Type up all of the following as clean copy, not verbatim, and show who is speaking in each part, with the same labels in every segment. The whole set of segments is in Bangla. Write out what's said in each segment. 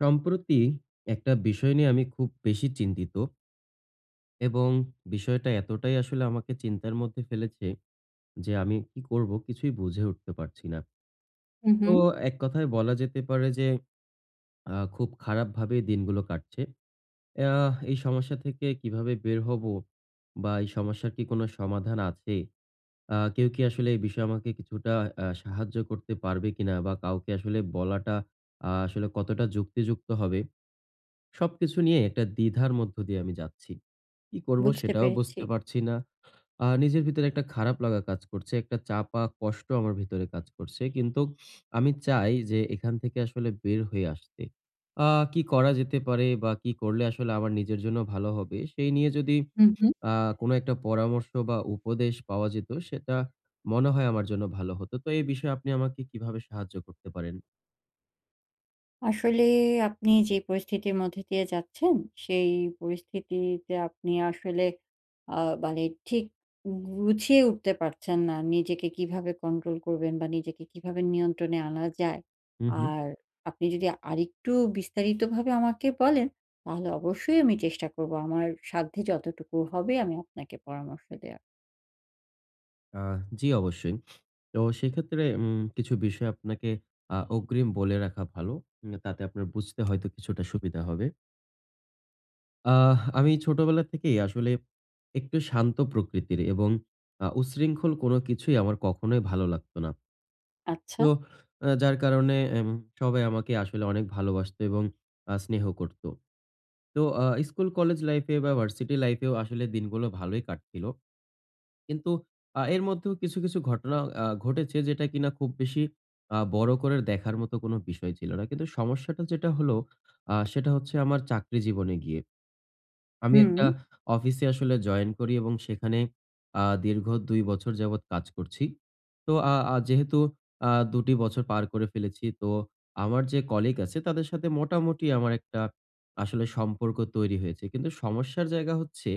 Speaker 1: সম্প্রতি একটা বিষয় নিয়ে আমি খুব বেশি চিন্তিত এবং বিষয়টা এতটাই আসলে আমাকে চিন্তার মধ্যে ফেলেছে যে আমি কি করব কিছুই বুঝে উঠতে পারছি না।
Speaker 2: হুম,
Speaker 1: তো
Speaker 2: হুম।
Speaker 1: এক কথায় বলা যেতে পারে যে খুব খারাপভাবে দিনগুলো কাটছে। এই সমস্যা থেকে কিভাবে বের হব বা এই সমস্যার কি কোনো সমাধান আছে? কেউ কি আসলে এই বিষয়ে আমাকে কিছুটা সাহায্য করতে পারবে কিনা বা কাউকে আসলে বলাটা আসলে কতটা যুক্তিযুক্ত হবে? সবকিছু নিয়ে একটা দ্বিধার মধ্য দিয়ে আমি যাচ্ছি। কি করব
Speaker 2: বুঝতে
Speaker 1: সেটাও
Speaker 2: পেরেছি।
Speaker 1: বুঝতে পারছি না। নিজের ভিতরে একটা খারাপ লাগা কাজ করছে। একটা চাপা কষ্ট আমার ভিতরে কাজ করছে। কিন্তু আমি চাই যে এখান থেকে আসলে বের হয়ে আসতে। আ কি করা যেতে পারে বা কি করলে আসলে আমার নিজের জন্য ভালো হবে সেই নিয়ে যদি
Speaker 2: হুম, হুম।
Speaker 1: আ কোনো একটা পরামর্শ বা উপদেশ পাওয়া যেত সেটা মনে হয় আমার জন্য ভালো হতো। তো এই বিষয়ে আপনি আমাকে কিভাবে সাহায্য করতে পারেন?
Speaker 2: আসলে আপনি যে পরিস্থিতির মধ্যে দিয়ে যাচ্ছেন, সেই পরিস্থিতিতে আপনি আসলে আ মানে ঠিক গুছিয়ে উঠতে পারছেন না। নিজেকে কিভাবে কন্ট্রোল করবেন বা নিজেকে কিভাবে নিয়ন্ত্রণে আনা যায়।
Speaker 1: হু, হু।
Speaker 2: আর আপনি যদি আরেকটু বিস্তারিতভাবে আমাকে বলেন, তাহলে অবশ্যই আমি চেষ্টা করব। আমার সাধ্যে যতটুকু হবে আমি আপনাকে পরামর্শ দেওয়ার।
Speaker 1: আ জি, অবশ্যই। তো সেক্ষেত্রে কিছু বিষয় আপনাকে অগ্রিম বলে রাখা ভালো। তাতে আপনার বুঝতে হয়তো কিছুটা সুবিধা হবে। আমি ছোটবেলা থেকেই আসলে একটু শান্ত প্রকৃতির এবং উচ্ছৃঙ্খল কোনো কিছুই আমার কখনোই ভালো লাগতো না।
Speaker 2: আচ্ছা।
Speaker 1: তো যার কারণে সবাই আমাকে আসলে অনেক ভালোবাসতো এবং স্নেহ করত। তো স্কুল, কলেজ লাইফে বা ভার্সিটি লাইফেও আসলে দিনগুলো ভালোই কাটছিল। কিন্তু এর মধ্যেও কিছু, কিছু ঘটনা ঘটেছে যেটা কিনা খুব বেশি বড় করে দেখার মতো কোনো বিষয় ছিল না। কিন্তু সমস্যাটা যেটা হলো সেটা হচ্ছে আমার চাকরি জীবনে গিয়ে। আমি
Speaker 2: হুম।
Speaker 1: একটা অফিসে আসলে জয়েন করি এবং সেখানে দীর্ঘ ২ বছর যাবৎ কাজ করছি। তো আ আ যেহেতু ২ টি বছর পার করে ফেলেছি, তো আমার যে কলিগ আছে তাদের সাথে মোটামুটি আমার একটা আসলে সম্পর্ক তৈরি হয়েছে। কিন্তু সমস্যার জায়গা হচ্ছে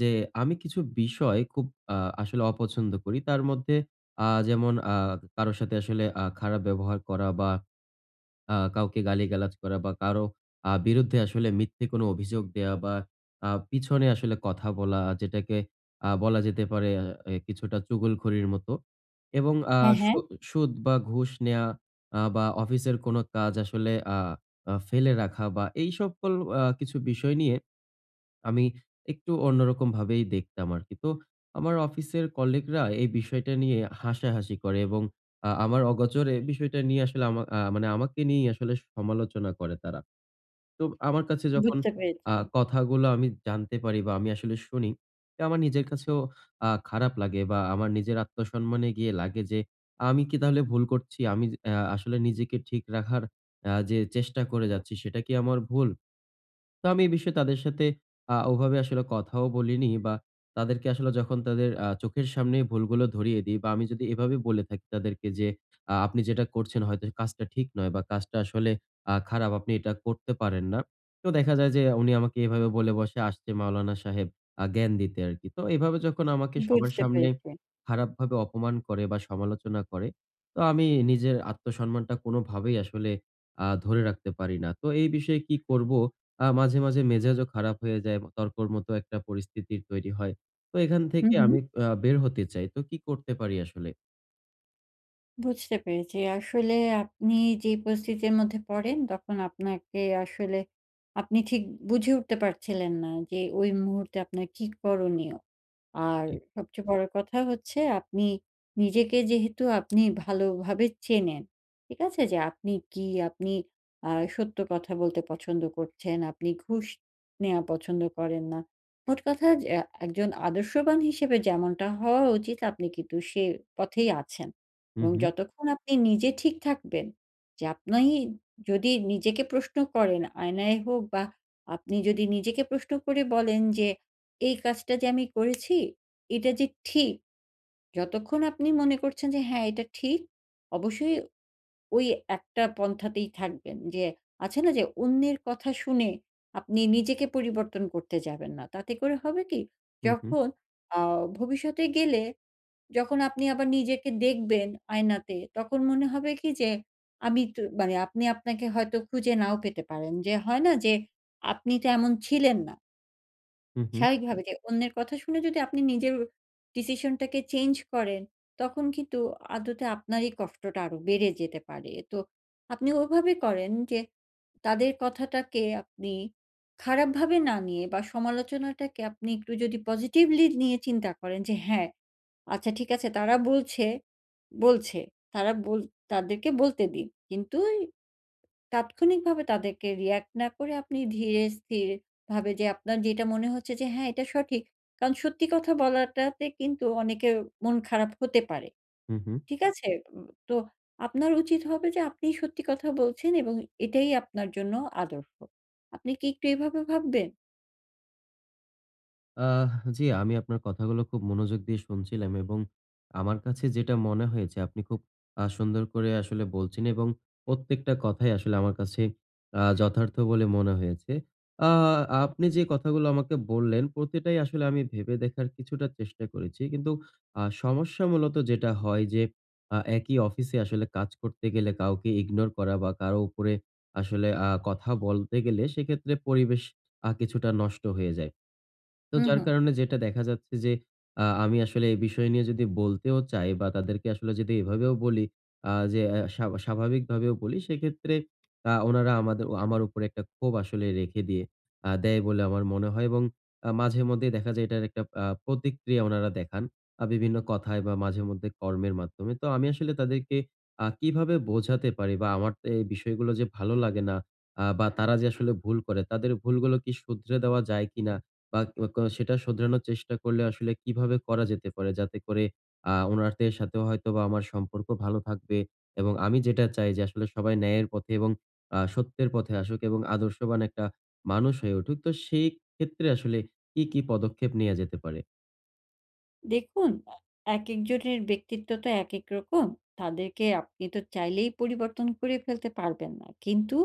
Speaker 1: যে আমি কিছু বিষয় খুব আ আসলে অপছন্দ করি। তার মধ্যে যেমন কারো সাথে আসলে খারাপ ব্যবহার করা বা কাউকে গালিগালাজ করা বা কারো বিরুদ্ধে আসলে মিথ্যে কোনো অভিযোগ দেয়া বা পিছনে আসলে কথা বলা যেটাকে বলা যেতে পারে আ এ কিছুটা চুগলখড়ির মতো এবং আ
Speaker 2: হ্যাঁ, হ্যাঁ।
Speaker 1: সু সুদ বা ঘুষ নেয়া বা অফিসের কোনো কাজ আসলে আ আ ফেলে রাখা বা এই সকল কিছু বিষয় নিয়ে আমি একটু অন্যরকম ভাবেই দেখতাম আরকি। তো আমার অফিসের কলিগরা এই বিষয়টা নিয়ে হাসাহাসি করে এবং আমার অগোচরে বিষয়টা নিয়ে আসলে আমা আ মানে আমাকে নিয়েই আসলে সমালোচনা করে তারা। তো আমার কাছে যখন
Speaker 2: বুঝতে পেরেছি,
Speaker 1: কথাগুলো আমি জানতে পারি বা আমি আসলে শুনি, তো আমার নিজের কাছেও খারাপ লাগে বা আমার নিজের আত্মসম্মানে গিয়ে লাগে যে, আমি কি তাহলে ভুল করছি? আমি যে আসলে নিজেকে ঠিক রাখার যে চেষ্টা করে যাচ্ছি, সেটা কি আমার ভুল? তো আমি এই বিষয়ে তাদের সাথে ওভাবে আসলে কথাও বলিনি বা তাদেরকে আসলে যখন তাদের চোখের সামনে ভুলগুলো ধরিয়ে দিই বা আমি যদি এভাবে বলে থাকি তাদেরকে যে, "আপনি যেটা করছেন হয়তো কাজটা ঠিক নয় বা কাজটা আসলে খারাপ। আপনি এটা করতে পারেন না।" তো দেখা যায় যে উনি আমাকে এভাবে বলে বসে, "আসছে মাওলানা সাহেব" জ্ঞান দিতে আরকি। তো এভাবে যখন আমাকে সবার
Speaker 2: বুঝতে
Speaker 1: সামনে
Speaker 2: পেরেছি।
Speaker 1: খারাপভাবে অপমান করে বা সমালোচনা করে, তো আমি নিজের আত্মসম্মানটা কোনোভাবেই আসলে ধরে রাখতে পারি না। তো এই বিষয়ে কি করব? মাঝে, মাঝে মেজাজও খারাপ হয়ে যায়। তর্কর মতো একটা পরিস্থিতির তৈরি হয়। তো এখান
Speaker 2: হুম,
Speaker 1: থেকে
Speaker 2: হুম।
Speaker 1: আমি বের হতে চাই। তো কি করতে পারি আসলে?
Speaker 2: বুঝতে পেরেছি। আসলে আপনি যে পরিস্থিতির মধ্যে পড়েন, তখন আপনাকে আসলে আপনি ঠিক বুঝে উঠতে পারছিলেন না যে ওই মুহূর্তে আপনার কি করণীয়? আর
Speaker 1: জি।
Speaker 2: সবচেয়ে বড় কথা হচ্ছে আপনি নিজেকে যেহেতু আপনি ভালোভাবে চেনেন, ঠিক আছে? যে আপনি কি, আপনি সত্য কথা বলতে পছন্দ করছেন, আপনি ঘুষ নেওয়া পছন্দ করেন না। মোট কথা যে একজন আদর্শবান হিসেবে যেমনটা হওয়া উচিত আপনি কিন্তু সে পথেই আছেন।
Speaker 1: হু,
Speaker 2: এবং
Speaker 1: হু,
Speaker 2: যতক্ষণ আপনি নিজে ঠিক থাকবেন যে আপনি যদি নিজেকে প্রশ্ন করেন আয়নায় হোক বা আপনি যদি নিজেকে প্রশ্ন করে বলেন যে এই কাজটা যে আমি করেছি, এটা যে ঠিক, যতক্ষণ আপনি মনে করছেন যে হ্যাঁ, এটা ঠিক, অবশ্যই ওই একটা পন্থাতেই থাকবেন। যে আছে না যে অন্যের কথা শুনে আপনি নিজেকে পরিবর্তন করতে যাবেন না। তাতে করে হবে কি?
Speaker 1: হু, হু,
Speaker 2: যখন আ ভবিষ্যতে গেলে যখন আপনি আবার নিজেকে দেখবেন আয়নাতে, তখন মনে হবে কি যে আমি তো মানে আপনি আপনাকে হয়তো খুঁজে নাও পেতে পারেন। যে হয় না যে আপনি তো এমন ছিলেন না।
Speaker 1: হু, হু,
Speaker 2: স্বাভাবিকভাবে যে অন্যের কথা শুনে যদি আপনি নিজের ডিসিশনটাকে চেঞ্জ করেন, তখন কিন্তু আদতে আপনারই কষ্টটা আরো বেড়ে যেতে পারে। তো আপনি ওভাবে করেন যে তাদের কথাটাকে আপনি খারাপভাবে না নিয়ে বা সমালোচনাটাকে আপনি একটু যদি পজিটিভলি নিয়ে চিন্তা করেন যে হ্যাঁ, আচ্ছা ঠিক আছে তারা বলছে, বলছে। তারা বল তাদেরকে বলতে দিন। কিন্তু তাৎক্ষণিকভাবে তাদেরকে রিঅ্যাক্ট না করে আপনি ধীরে স্থির ভাবে যে আপনার যেটা মনে হচ্ছে যে হ্যাঁ, এটা সঠিক। কারণ সত্যি কথা বলাটাতে কিন্তু অনেকের মন খারাপ হতে পারে।
Speaker 1: হু, হু।
Speaker 2: ঠিক আছে? তো আপনার উচিত হবে যে আপনি সত্যি কথা বলছেন এবং এটাই আপনার জন্য আদর্শ। আপনি কি একটু এভাবে ভাববেন?
Speaker 1: আহ জি, আমি আপনার কথাগুলো খুব মনোযোগ দিয়ে শুনছিলাম এবং আমার কাছে যেটা মনে হয়েছে আপনি খুব সুন্দর করে আসলে বলছেন এবং প্রত্যেকটা কথাই আসলে আমার কাছে যথার্থ বলে মনে হয়েছে। আ আপনি যে কথাগুলো আমাকে বললেন প্রতিটাই আসলে আমি ভেবে দেখার কিছুটা চেষ্টা করেছি। কিন্তু সমস্যা মূলত যেটা হয় যে একই অফিসে আসলে কাজ করতে গেলে কাউকে ইগনোর করা বা কারো উপরে আসলে কথা বলতে গেলে সেক্ষেত্রে পরিবেশ কিছুটা নষ্ট হয়ে যায়। তো
Speaker 2: হু,
Speaker 1: যার
Speaker 2: হু।
Speaker 1: কারণে যেটা দেখা যাচ্ছে যে আমি আসলে এই বিষয় নিয়ে যদি বলতেও চাই বা তাদেরকে আসলে যদি এভাবেও বলি যে অ্যা স্বা স্বাভাবিকভাবেও বলি সেক্ষেত্রে ওনারা আমার উপরে একটা ক্ষোভ আসলে রেখে দিয়ে দেয় বলে আমার মনে হয় এবং মাঝেমধ্যেই দেখা যায় এটার একটা প্রতিক্রিয়া ওনারা দেখান। বিভিন্ন কথায় বা মাঝেমধ্যে কর্মের মাধ্যমে। তো আমি আসলে তাদেরকে কিভাবে বোঝাতে পারি বা আমার তো এই বিষয়গুলো যে ভালো লাগে না বা তারা যে আসলে ভুল করে তাদের ভুলগুলো কি শুধরে দেওয়া যায় কিনা? বা সেটা শোধরানোর চেষ্টা করলে আসলে কিভাবে করা যেতে পারে? যাতে করে উনাদের সাথেও হয়তোবা আমার সম্পর্ক ভালো থাকবে এবং আমি যেটা চাই যে আসলে সবাই ন্যায়ের পথে এবং সত্যের পথে আসুক এবং আদর্শবান একটা মানুষ হয়ে উঠুক। তো সেই ক্ষেত্রে আসলে কি, কি পদক্ষেপ নেয়া যেতে পারে?
Speaker 2: দেখুন, একেকজনের ব্যক্তিত্ব তো একেক রকম। তাদেরকে আপনি তো চাইলেই পরিবর্তন করে ফেলতে পারবেন না। কিন্তু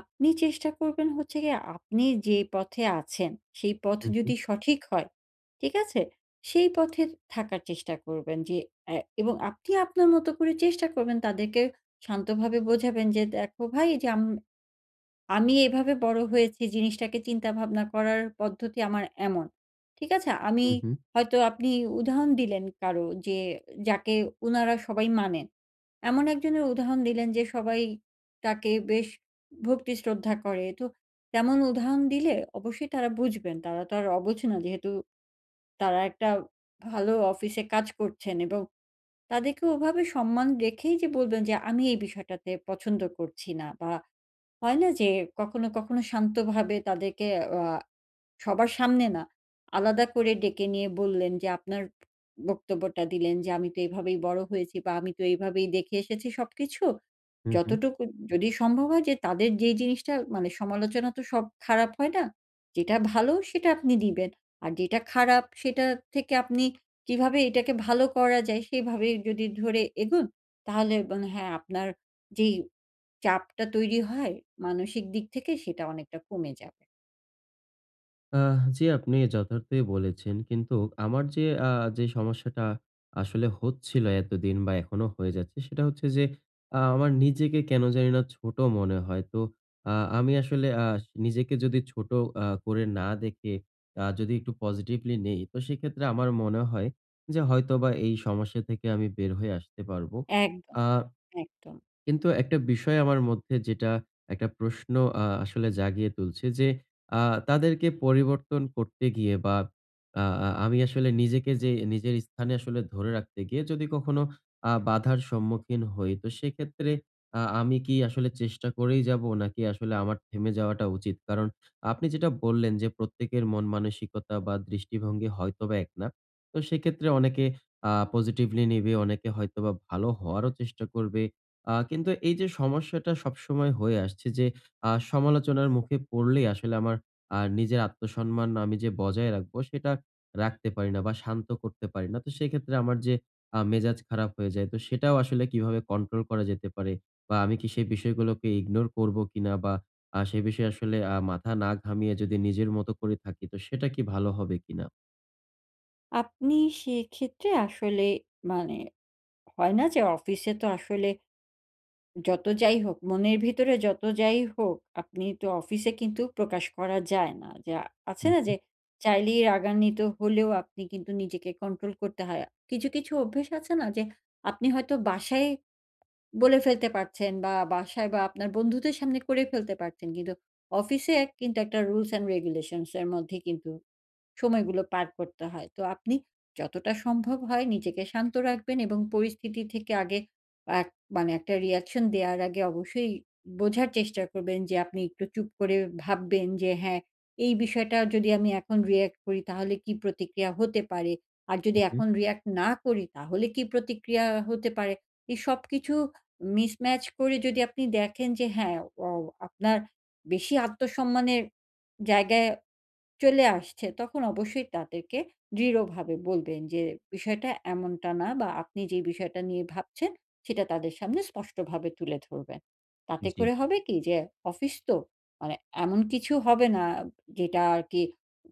Speaker 2: আপনি চেষ্টা করবেন হচ্ছে গিয়ে আপনি যে পথে আছেন, সেই পথ
Speaker 1: হু, হু,
Speaker 2: যদি সঠিক হয়, ঠিক আছে? সেই পথে থাকার চেষ্টা করবেন যে এবং আপনি আপনার মতো করে চেষ্টা করবেন তাদেরকে শান্তভাবে বোঝাবেন যে, "দেখো ভাই এই যে আমি এভাবে বড় হয়েছি জিনিসটাকে চিন্তা ভাবনা করার পদ্ধতি আমার এমন। ঠিক আছে? আমি
Speaker 1: হু, হু,
Speaker 2: হয়তো আপনি উদাহরণ দিলেন কারো যে যাকে উনারা সবাই মানেন। এমন একজনের উদাহরণ দিলেন যে সবাই তাকে বেশ ভক্তি শ্রদ্ধা করে। তো তেমন উদাহরণ দিলে অবশ্যই তারা বুঝবেন। তারা তো আর অবুঝ না যেহেতু তারা একটা ভালো অফিসে কাজ করছেন এবং তাদেরকে ওভাবে সম্মান রেখেই যে বলবেন যে আমি এই বিষয়টাতে পছন্দ করছি না বা হয় না যে কখনো, কখনো শান্তভাবে তাদেরকে আ সবার সামনে না, আলাদা করে ডেকে নিয়ে বললেন যে আপনার বক্তব্যটা দিলেন যে আমি তো এভাবেই বড় হয়েছি বা আমি তো এইভাবেই দেখে এসেছি সবকিছু।
Speaker 1: হু, হু।
Speaker 2: যতটুকু যদি সম্ভব হয় যে তাদের যেই জিনিসটা মানে সমালোচনা তো সব খারাপ হয় না। যেটা ভালো সেটা আপনি দিবেন। আর যেটা খারাপ সেটা থেকে আপনি কিভাবে এটাকে ভালো করা যায় সেভাবে যদি ধরে এগোন তাহলে মানে হ্যাঁ আপনার যেই চাপটা তৈরি হয় মানসিক দিক থেকে সেটা অনেকটা কমে যাবে।
Speaker 1: জি, আপনি যথার্থই বলেছেন। কিন্তু আমার যে সমস্যাটা আসলে হচ্ছিল এতদিন বা এখনো হয়ে যাচ্ছে সেটা হচ্ছে যে আমার নিজেকে কেন জানি না ছোট মনে হয়। তো আমি আসলে নিজেকে যদি ছোট করে না দেখে যদি একটু পজিটিভলি নেই তো সেক্ষেত্রে আমার মনে হয় যে হয়তোবা এই সমস্যা থেকে আমি বের হয়ে আসতে পারবো।
Speaker 2: একদম,
Speaker 1: আ
Speaker 2: একদম।
Speaker 1: কিন্তু একটা বিষয় আমার মধ্যে যেটা একটা প্রশ্ন আসলে জাগিয়ে তুলছে যে, আ তাদেরকে পরিবর্তন করতে গিয়ে বা আ আ আমি আসলে নিজেকে যে নিজের স্থানে আসলে ধরে রাখতে গিয়ে যদি কখনো বাধার সম্মুখীন হই, তো সেক্ষেত্রে আমি কি আসলে চেষ্টা করেই যাবো? নাকি আসলে আমার থেমে যাওয়াটা উচিত? কারণ আপনি যেটা বললেন যে, প্রত্যেকের মন মানসিকতা বা দৃষ্টিভঙ্গি হয়তোবা এক না। তো সেক্ষেত্রে অনেকে পজিটিভলি নিবে, অনেকে হয়তোবা ভালো হওয়ারও চেষ্টা করবে। কিন্তু এই যে সমস্যাটা সবসময় হয়ে আসছে যে সমালোচনার মুখে পড়লেই আসলে আমার নিজের আত্মসম্মান আমি যে বজায় রাখবো সেটা রাখতে পারি না বা শান্ত করতে পারি না। তো সেক্ষেত্রে আমার যে মেজাজ খারাপ হয়ে যায় তো সেটাও আসলে কিভাবে কন্ট্রোল করা যেতে পারে? বা আমি কি সেই বিষয়গুলোকে ইগনোর করবো কিনা? বা সে বিষয়ে আসলে মাথা না ঘামিয়ে যদি নিজের মতো করে থাকি তো সেটা কি ভালো হবে কিনা?
Speaker 2: আপনি সেক্ষেত্রে আসলে মানে হয় না যে অফিসে তো আসলে যত যাই হোক, মনের ভিতরে যত যাই হোক, আপনি তো অফিসে কিন্তু প্রকাশ করা যায় না। যে
Speaker 1: হু,
Speaker 2: আছে না
Speaker 1: হু,
Speaker 2: যে চাইলেই রাগান্বিত হলেও আপনি কিন্তু নিজেকে কন্ট্রোল করতে হয়। কিছু, কিছু অভ্যেস আছে না যে আপনি হয়তো বাসায় বলে ফেলতে পারছেন বা বাসায় বা আপনার বন্ধুদের সামনে করে ফেলতে পারছেন। কিন্তু অফিসে কিন্তু একটা রুলস অ্যান্ড রেগুলেশনস এর মধ্যে কিন্তু সময়গুলো পার করতে হয়। তো আপনি যতটা সম্ভব হয় নিজেকে শান্ত রাখবেন এবং পরিস্থিতি থেকে আগে এক মানে একটা reaction দেওয়ার আগে অবশ্যই বোঝার চেষ্টা করবেন যে আপনি একটু চুপ করে ভাববেন যে, হ্যাঁ, এই বিষয়টা যদি আমি এখন react করি তাহলে কি প্রতিক্রিয়া হতে পারে? আর
Speaker 1: হু,
Speaker 2: যদি
Speaker 1: হু।
Speaker 2: এখন react না করি তাহলে কি প্রতিক্রিয়া হতে পারে? এই সবকিছু mismatch করে যদি আপনি দেখেন যে হ্যাঁ, আপনার বেশি আত্মসম্মানের জায়গায় চলে আসছে, তখন অবশ্যই তাদেরকে দৃঢ়ভাবে বলবেন যে, বিষয়টা এমনটা না বা আপনি যে বিষয়টা নিয়ে ভাবছেন, সেটা তাদের সামনে স্পষ্টভাবে তুলে ধরবেন। তাতে
Speaker 1: জি।
Speaker 2: করে হবে কি যে, অফিস তো, মানে এমন কিছু হবে না যেটা আরকি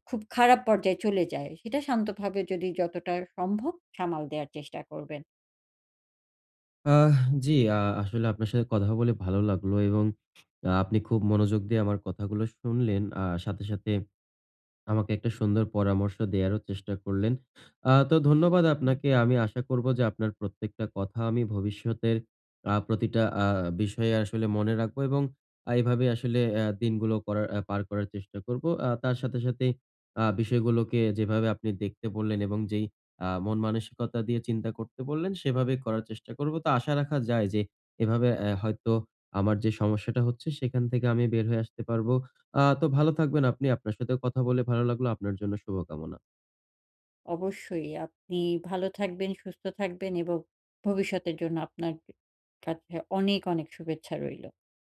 Speaker 2: খুব খারাপ পর্যায়ে চলে যায়। সেটা শান্তভাবে যদি যতটা সম্ভব সামাল দেওয়ার চেষ্টা করবেন।
Speaker 1: আহ জি, আসলে আপনার সাথে কথা বলে ভালো লাগলো এবং আপনি খুব মনোযোগ দিয়ে আমার কথাগুলো শুনলেন। সাথে, সাথে আমাকে একটা সুন্দর পরামর্শ দেয়ারও চেষ্টা করলেন। তো ধন্যবাদ আপনাকে। আমি আশা করব যে আপনার প্রত্যেকটা কথা আমি ভবিষ্যতের প্রতিটা বিষয়ে আসলে মনে রাখবো এবং এভাবে আসলে অ্যা দিনগুলো করার অ্যা পার করার চেষ্টা করব। তার সাথে, সাথে বিষয়গুলোকে যেভাবে আপনি দেখতে বললেন এবং যেই মন মানসিকতা দিয়ে চিন্তা করতে বললেন সেভাবে করার চেষ্টা করব। তো আশা রাখা যায় যে এভাবে হয়তো আমার যে সমস্যাটা হচ্ছে সেখান থেকে আমি বের হয়ে আসতে পারব। তো ভালো থাকবেন আপনি। আপনার সাথেও কথা বলে ভালো লাগলো। আপনার জন্য শুভকামনা।
Speaker 2: অবশ্যই আপনি ভালো থাকবেন, সুস্থ থাকবেন এবং ভবিষ্যতের জন্য আপনার কাছে অনেক, অনেক শুভেচ্ছা রইলো,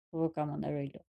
Speaker 2: শুভকামনা রইলো।